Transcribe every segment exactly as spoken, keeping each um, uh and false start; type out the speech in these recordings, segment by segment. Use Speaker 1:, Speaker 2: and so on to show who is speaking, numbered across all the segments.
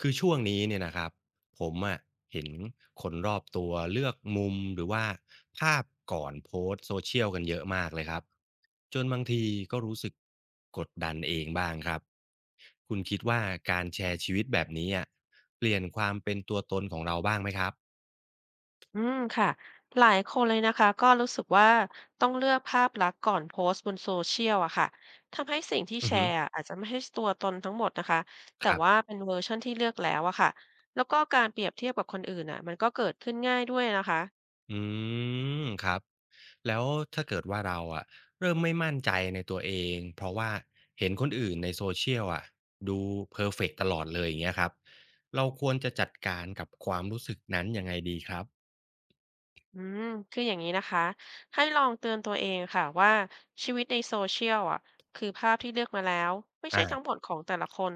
Speaker 1: คือช่วงนี้เนี่ยนะครับผมอะเห็นคนรอบตัวเลือกมุมหรือว่าภาพก่อนโพสต์โซเชียลกันเยอะมากเลยครับจนบางทีก็รู้สึกกดดันเองบ้างครับคุณคิดว่าการแชร์ชีวิตแบบนี้อะเปลี่ยนความเป็นตัวตนของเราบ้างไหมครับ
Speaker 2: อืมค่ะหลายคนเลยนะคะก็รู้สึกว่าต้องเลือกภาพลักษณ์ก่อนโพสต์บนโซเชียลอะค่ะทำให้สิ่งที่
Speaker 1: อื
Speaker 2: แช
Speaker 1: อฮึ
Speaker 2: ร์อะอาจจะไม่ใช่ตัวตนทั้งหมดนะคะแต่
Speaker 1: ครั
Speaker 2: ว่า
Speaker 1: บ
Speaker 2: เป็นเวอร์ชันที่เลือกแล้วอะค่ะแล้วก็การเปรียบเทียบกับคนอื่นอะมันก็เกิดขึ้นง่ายด้วยนะคะ
Speaker 1: อืมครับแล้วถ้าเกิดว่าเราอะเริ่มไม่มั่นใจในตัวเองเพราะว่าเห็นคนอื่นใน s เชี a ลอะดูเพอร์เฟกต์ตลอดเลยอย่างเงี้ยครับเราควรจะจัดการกับความรู้สึกนั้นยังไงดีครับ
Speaker 2: อืมคืออย่างนี้นะคะให้ลองเตือนตัวเองค่ะว่าชีวิตในโซเชียลอ่ะคือภาพที่เลือกมาแล้วไม่ใช่ทั้งหม
Speaker 1: อา
Speaker 2: ดของแต่ละคน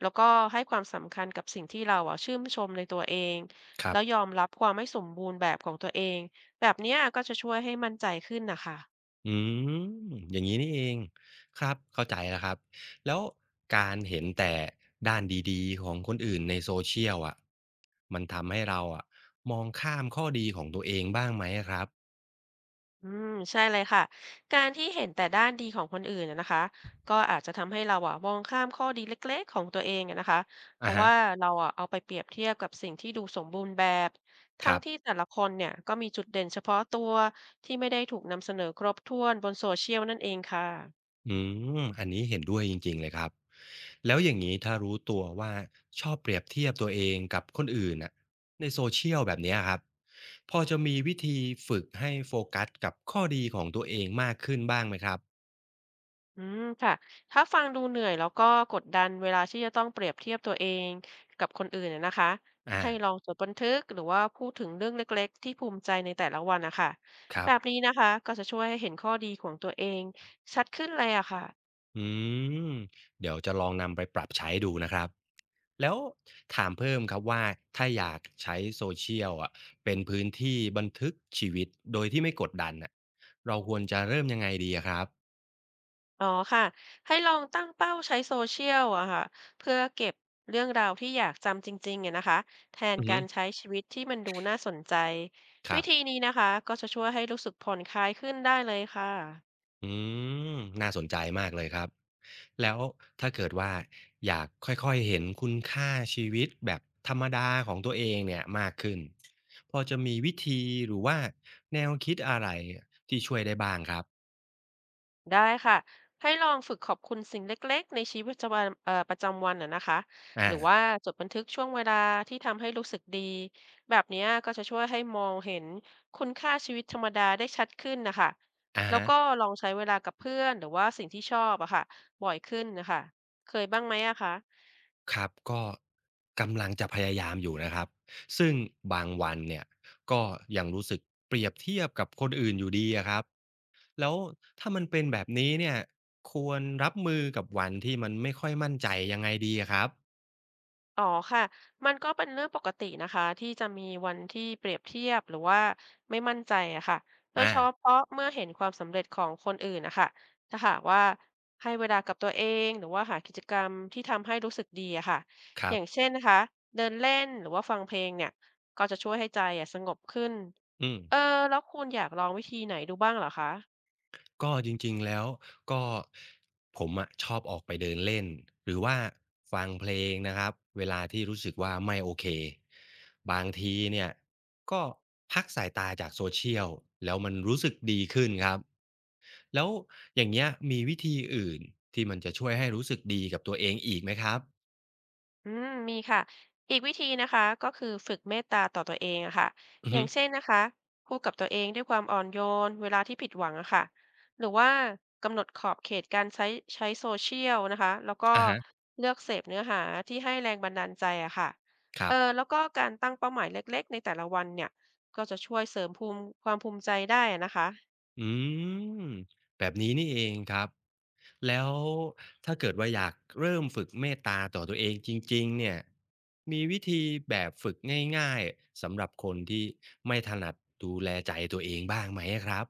Speaker 2: แล้วก็ให้ความสำคัญกับสิ่งที่เราอ่ะชื่นชมในตัวเอง
Speaker 1: ครั
Speaker 2: แล้วยอ
Speaker 1: บ
Speaker 2: มรับความไม่สมบูรณ์แบบของตัวเองแบบเนี้ยก็จะช่วยให้มั่นใจขึ้นนะคะ
Speaker 1: อืมอย่างนี้นี่เองครับเข้าใจแล้วครับแล้วการเห็นแต่ด้านดีๆของคนอื่นในโซ o ชีย l อะมันทำให้เราอะมองข้ามข้อดีของตัวเองบ้างไหมอะครับ
Speaker 2: อืมใช่เลยค่ะ การที่เห็นแต่ด้านดีของคนอื่นนะนะคะก็อาจจะทำให้เราอะมองข้ามข้อดีเล็กๆของตัวเองอะนะคะเพ
Speaker 1: อะ
Speaker 2: ราะ
Speaker 1: ฮะ
Speaker 2: ว่าเราอะเอาไปเปรียบเทียบกับสิ่งที่ดูสมบูรณ์แบบ
Speaker 1: ค
Speaker 2: ทั้ง
Speaker 1: รั
Speaker 2: ที่
Speaker 1: บ
Speaker 2: แต่ละคนเนี่ยก็มีจุดเด่นเฉพาะตัวที่ไม่ได้ถูกนำเสนอครบถ้วนบนโซเชียลนั่นเองค่ะ
Speaker 1: อืมอันนี้เห็นด้วยจริงๆเลยครับแล้วอย่างนี้ถ้ารู้ตัวว่าชอบเปรียบเทียบตัวเองกับคนอื่นน่ะในโซเชียลแบบเนี้ยครับพอจะมีวิธีฝึกให้โฟกัสกับข้อดีของตัวเองมากขึ้นบ้างไหมครับ
Speaker 2: อืมค่ะถ้าฟังดูเหนื่อยแล้วก็กดดันเวลาที่จะต้องเปรียบเทียบตัวเองกับคนอื่นนะนะคะให้ลอ
Speaker 1: อ่า
Speaker 2: งจดบันทึกหรือว่าพูดถึงเรื่องเล็กๆที่ภูมิใจในแต่ละวันนะคะ
Speaker 1: ครั
Speaker 2: แบ
Speaker 1: บ
Speaker 2: บนี้นะคะก็จะช่วยให้เห็นข้อดีของตัวเองชัดขึ้นเลยอะค่ะ
Speaker 1: อืมเดี๋ยวจะลองนำไปปรับใช้ดูนะครับแล้วถามเพิ่มครับว่าถ้าอยากใช้โซเชียลอ่ะเป็นพื้นที่บันทึกชีวิตโดยที่ไม่กดดันอ่ะเราควรจะเริ่มยังไงดีอะครับ
Speaker 2: อ๋อค่ะให้ลองตั้งเป้าใช้โซเชียลอะค่ะเพื่อเก็บเรื่องราวที่อยากจำจริงๆเนี่ยนะคะแทน
Speaker 1: อือฮึ
Speaker 2: การใช้ชีวิตที่มันดูน่าสนใจ
Speaker 1: ค
Speaker 2: วิ
Speaker 1: รับ
Speaker 2: ธีนี้นะคะก็จะช่วยให้รู้สึกผ่อนคลายขึ้นได้เลยค่ะ
Speaker 1: อืมน่าสนใจมากเลยครับแล้วถ้าเกิดว่าอยากค่อยๆเห็นคุณค่าชีวิตแบบธรรมดาของตัวเองเนี่ยมากขึ้นพอจะมีวิธีหรือว่าแนวคิดอะไรที่ช่วยได้บ้างครับ
Speaker 2: ได้ค่ะให้ลองฝึกขอบคุณสิ่งเล็กๆในชีวิตประจำวันเอ่อประจำวันอ่ะนะคะหรือว่า
Speaker 1: อ่า
Speaker 2: จดบันทึกช่วงเวลาที่ทำให้รู้สึกดีแบบเนี้ยก็จะช่วยให้มองเห็นคุณค่าชีวิตธรรมดาได้ชัดขึ้นนะคะ
Speaker 1: อะ
Speaker 2: แล้ว
Speaker 1: ฮะ
Speaker 2: ก็ลองใช้เวลากับเพื่อนหรือว่าสิ่งที่ชอบอะค่ะบ่อยขึ้นนะคะเคยบ้างไหมอะคะ
Speaker 1: ครับก็กำลังจะพยายามอยู่นะครับซึ่งบางวันเนี่ยก็ยังรู้สึกเปรียบเทียบกับคนอื่นอยู่ดีอะครับ แล้วถ้ามันเป็นแบบนี้เนี่ยควรรับมือกับวันที่มันไม่ค่อยมั่นใจยังไงดีอะครับ
Speaker 2: อ๋อค่ะมันก็เป็นเรื่องปกตินะคะที่จะมีวันที่เปรียบเทียบหรือว่าไม่มั่นใจอะค่ะโดย
Speaker 1: อา
Speaker 2: เฉพาะเมื่อเห็นความสำเร็จของคนอื่นนะคะถ้าหากว่าให้เวลากับตัวเองหรือว่าหากิจกรรมที่ทำให้รู้สึกดีอะค่ะ
Speaker 1: ค
Speaker 2: อ
Speaker 1: รั
Speaker 2: ย่าง
Speaker 1: บ
Speaker 2: เช่นนะคะเดินเล่นหรือว่าฟังเพลงเนี่ยก็จะช่วยให้ใจอะสงบขึ้น
Speaker 1: อืม
Speaker 2: เออแล้วคุณอยากลองวิธีไหนดูบ้างเหรอคะ
Speaker 1: ก็จริงๆแล้วก็ผมอะชอบออกไปเดินเล่นหรือว่าฟังเพลงนะครับเวลาที่รู้สึกว่าไม่โอเคบางทีเนี่ยก็พักสายตาจาก Social แล้วมันรู้สึกดีขึ้นครับแล้วอย่างเงี้ยมีวิธีอื่นที่มันจะช่วยให้รู้สึกดีกับตัวเองอีกไหมครับ
Speaker 2: อืมมีค่ะอีกวิธีนะคะก็คือฝึกเมตตาต่อตัวเองอะค่ะ
Speaker 1: อือ
Speaker 2: อ
Speaker 1: ฮึ
Speaker 2: ย่างเช่นนะคะพูดกับตัวเองด้วยความอ่อนโยนเวลาที่ผิดหวังอะค่ะหรือว่ากำหนดขอบเขตการใช้ใช้โซเชียลนะคะแล้วก็
Speaker 1: อะฮะ
Speaker 2: เลือกเสพเนื้อหาที่ให้แรงบันดาลใจอะค่ะ
Speaker 1: ครั
Speaker 2: เอ
Speaker 1: บ
Speaker 2: อแล้วก็การตั้งเป้าหมายเล็กๆในแต่ละวันเนี่ยก็จะช่วยเสริมภูมิความภูมิใจได้อะนะคะ
Speaker 1: อืมแบบนี้นี่เองครับแล้วถ้าเกิดว่าอยากเริ่มฝึกเมตตาต่อตัวเองจริงๆเนี่ยมีวิธีแบบฝึกง่ายๆสำหรับคนที่ไม่ถนัดดูแลใจตัวเองบ้างไหมครับ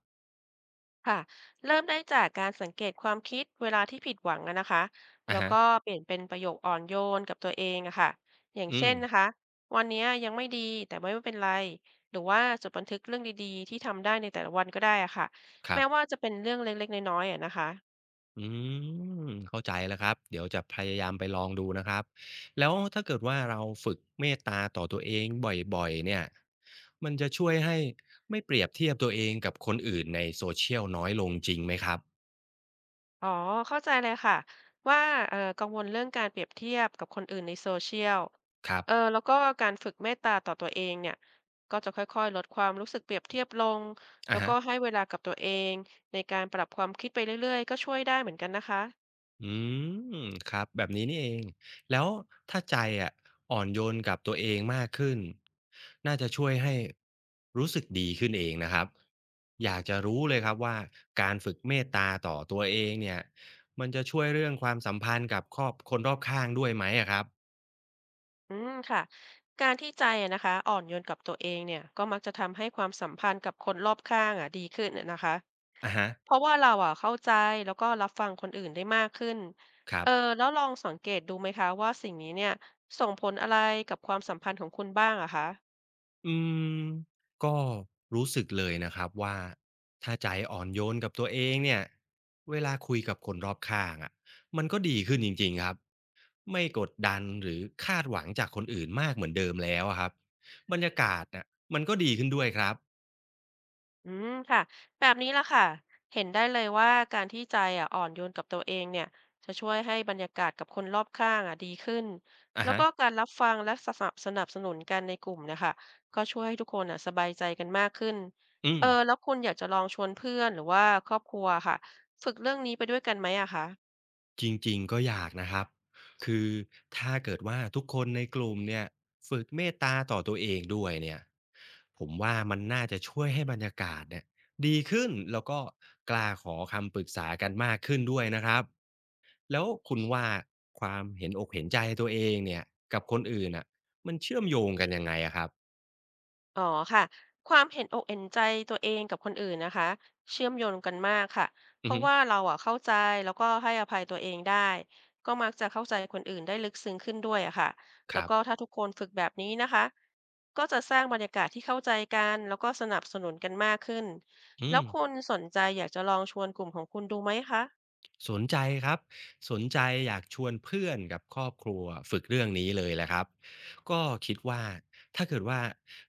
Speaker 2: ค่ะเริ่มได้จากการสังเกตความคิดเวลาที่ผิดหวังอะนะคะ
Speaker 1: อะ
Speaker 2: แล้ว
Speaker 1: ฮะ
Speaker 2: ก็เปลี่ยนเป็นประโยคอ่อนโยนกับตัวเองอะค่ะอย่าง
Speaker 1: อื
Speaker 2: เช่
Speaker 1: ม
Speaker 2: นนะคะวันเนี้ยยังไม่ดีแต่ไม่เป็นไรหรือว่าจดบันทึกเรื่องดีๆที่ทำได้ในแต่ละวันก็ได้อะค่ะ
Speaker 1: ครั
Speaker 2: แม้ว่า
Speaker 1: บ
Speaker 2: จะเป็นเรื่องเล็กๆน้อยๆอะนะคะ
Speaker 1: อืมเข้าใจแล้วครับเดี๋ยวจะพยายามไปลองดูนะครับแล้วถ้าเกิดว่าเราฝึกเมตตาต่อตัวเองบ่อยๆเนี่ยมันจะช่วยให้ไม่เปรียบเทียบตัวเองกับคนอื่นในโซเชียลน้อยลงจริงไหมครับ
Speaker 2: อ๋อเข้าใจเลยค่ะว่าเอ่อกังวลเรื่องการเปรียบเทียบกับคนอื่นใน โซ เชียล
Speaker 1: ครับ
Speaker 2: เออแล้วก็การฝึกเมตตาต่อตัวเองเนี่ยก็จะค่อยๆลดความรู้สึกเปรียบเทียบลงแล้
Speaker 1: อะ
Speaker 2: ว
Speaker 1: ฮะ
Speaker 2: ก็ให้เวลากับตัวเองในการปรับความคิดไปเรื่อยๆก็ช่วยได้เหมือนกันนะคะ
Speaker 1: อืมครับแบบนี้นี่เองแล้วถ้าใจอะอ่อนโยนกับตัวเองมากขึ้นน่าจะช่วยให้รู้สึกดีขึ้นเองนะครับอยากจะรู้เลยครับว่าการฝึกเมตตาต่อตัวเองเนี่ยมันจะช่วยเรื่องความสัมพันธ์กับครอบคนรอบข้างด้วยไหมอะครับ
Speaker 2: อืมค่ะการที่ใจอะนะคะอ่อนโยนกับตัวเองเนี่ยก็มักจะทำให้ความสัมพันธ์กับคนรอบข้างอะดีขึ้นนะคะ
Speaker 1: อะฮะ
Speaker 2: เพราะว่าเราอะเข้าใจแล้วก็รับฟังคนอื่นได้มากขึ้น
Speaker 1: ครั
Speaker 2: เออ
Speaker 1: บ
Speaker 2: แล้วลองสังเกตดูไหมคะว่าสิ่งนี้เนี่ยส่งผลอะไรกับความสัมพันธ์ของคุณบ้างอะคะ
Speaker 1: อืมก็รู้สึกเลยนะครับว่าถ้าใจอ่อนโยนกับตัวเองเนี่ยเวลาคุยกับคนรอบข้างอะมันก็ดีขึ้นจริงๆครับไม่กดดันหรือคาดหวังจากคนอื่นมากเหมือนเดิมแล้วอะครับบรรยากาศน่ะมันก็ดีขึ้นด้วยครับ
Speaker 2: อืมค่ะแบบนี้ละค่ะเห็นได้เลยว่าการที่ใจอะอ่อนโยนกับตัวเองเนี่ยจะช่วยให้บรรยากาศกับคนรอบข้างอะดีขึ้น
Speaker 1: อะ
Speaker 2: แล้ว
Speaker 1: ฮะ
Speaker 2: ก็การรับฟังและสนับสนับสนุนกันในกลุ่มเนะคะก็ช่วยให้ทุกคนอ่ะสบายใจกันมากขึ้น
Speaker 1: อื
Speaker 2: เอ
Speaker 1: ม
Speaker 2: อแล้วคุณอยากจะลองชวนเพื่อนหรือว่าครอบครัวค่ะฝึกเรื่องนี้ไปด้วยกันไหมอะคะ
Speaker 1: จริงๆก็อยากนะครับ คือถ้าเกิดว่าทุกคนในกลุ่มเนี่ยฝึกเมตตาต่อตัวเองด้วยเนี่ยผมว่ามันน่าจะช่วยให้บรรยากาศเนี่ยดีขึ้นแล้วก็กล้าขอคำปรึกษากันมากขึ้นด้วยนะครับ แล้วคุณว่าความเห็นอกเห็นใจตัวเองเนี่ยกับคนอื่นอ่ะมันเชื่อมโยงกันยังไงอะครับ
Speaker 2: อ๋อค่ะความเห็นอกเห็นใจตัวเองกับคนอื่นนะคะเชื่อมโยงกันมากค่ะเพ
Speaker 1: อือ
Speaker 2: ราะ
Speaker 1: ฮึ
Speaker 2: ว่าเราอ่ะเข้าใจแล้วก็ให้อภัยตัวเองได้ก็มักจะเข้าใจคนอื่นได้ลึกซึ้งขึ้นด้วยอะค่ะ
Speaker 1: ค
Speaker 2: แล้ว
Speaker 1: รับ
Speaker 2: ก็ถ้าทุกคนฝึกแบบนี้นะคะก็จะสร้างบรรยากาศที่เข้าใจกันแล้วก็สนับสนุนกันมากขึ้น
Speaker 1: อื
Speaker 2: แล้ว
Speaker 1: ม
Speaker 2: คุณสนใจอยากจะลองชวนกลุ่มของคุณดูไหมคะ
Speaker 1: สนใจครับสนใจอยากชวนเพื่อนกับครอบครัวฝึกเรื่องนี้เลยแหละครับก็คิดว่าถ้าเกิดว่า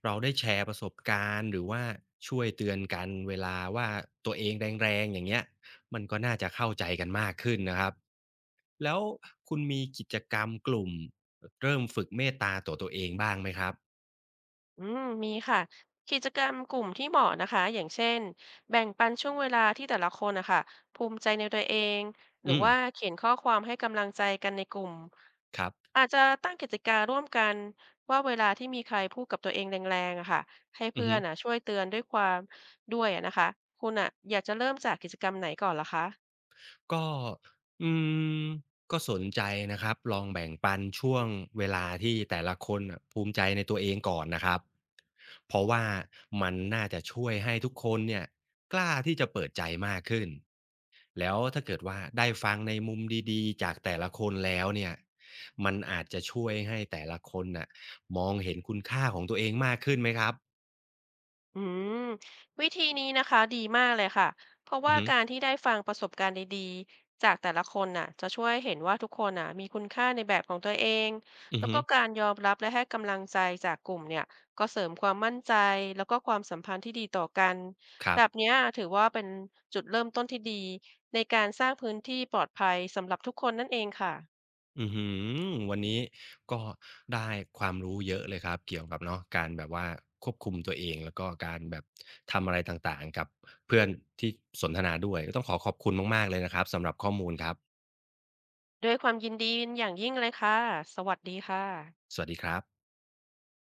Speaker 1: เราได้แชร์ประสบการณ์หรือว่าช่วยเตือนกันเวลาว่าตัวเองแรงๆอย่างเงี้ยมันก็น่าจะเข้าใจกันมากขึ้นนะครับแล้วคุณมีกิจกรรมกลุ่มเริ่มฝึกเมตตาต่อตัวเองบ้างไหมครับ
Speaker 2: อืมมีค่ะกิจกรรมกลุ่มที่เหมาะนะคะอย่างเช่นแบ่งปันช่วงเวลาที่แต่ละคนนะคะภูมิใจในตัวเองหรื
Speaker 1: อื
Speaker 2: อ
Speaker 1: ม
Speaker 2: ว่าเขียนข้อความให้กำลังใจกันในกลุ่ม
Speaker 1: ครับ
Speaker 2: อาจจะตั้งกติจการร่วมกันว่าเวลาที่มีใครพูดกับตัวเองแรงๆอะค่ะให้
Speaker 1: อือ
Speaker 2: เพื่อ
Speaker 1: ฮึ
Speaker 2: นอะช่วยเตือนด้วยความด้วยอะนะคะคุณอะอยากจะเริ่มจากกิจกรรมไหนก่อนล่ะคะ
Speaker 1: ก็อืมก็สนใจนะครับลองแบ่งปันช่วงเวลาที่แต่ละคนน่ะภูมิใจในตัวเองก่อนนะครับเพราะว่ามันน่าจะช่วยให้ทุกคนเนี่ยกล้าที่จะเปิดใจมากขึ้นแล้วถ้าเกิดว่าได้ฟังในมุมดีๆจากแต่ละคนแล้วเนี่ยมันอาจจะช่วยให้แต่ละคนน่ะมองเห็นคุณค่าของตัวเองมากขึ้นไหมครับ
Speaker 2: อืมวิธีนี้นะคะดีมากเลยค่ะเพราะ
Speaker 1: อือ
Speaker 2: ว่า
Speaker 1: ฮึ
Speaker 2: การที่ได้ฟังประสบการณ์ดีๆจากแต่ละคนน่ะจะช่วยให้เห็นว่าทุกคนน่ะมีคุณค่าในแบบของตัวเอง
Speaker 1: อือ
Speaker 2: แล้ว
Speaker 1: ฮึ
Speaker 2: ก็การยอมรับและให้กำลังใจจากกลุ่มเนี่ยก็เสริมความมั่นใจแล้วก็ความสัมพันธ์ที่ดีต่อกัน
Speaker 1: ครั
Speaker 2: แบ
Speaker 1: บ
Speaker 2: บเนี้ยถือว่าเป็นจุดเริ่มต้นที่ดีในการสร้างพื้นที่ปลอดภัยสำหรับทุกคนนั่นเองค่ะ
Speaker 1: อือหือวันนี้ก็ได้ความรู้เยอะเลยครับเกี่ยวกับเนาะการแบบว่าควบคุมตัวเองแล้วก็การแบบทำอะไรต่างๆกับเพื่อนที่สนทนาด้วยก็ต้องขอขอบคุณมากๆเลยนะครับสำหรับข้อมูลครับ
Speaker 2: ด้วยความยินดีอย่างยิ่งเลยค่ะสวัสดีค่ะ
Speaker 1: สวัสดีครับ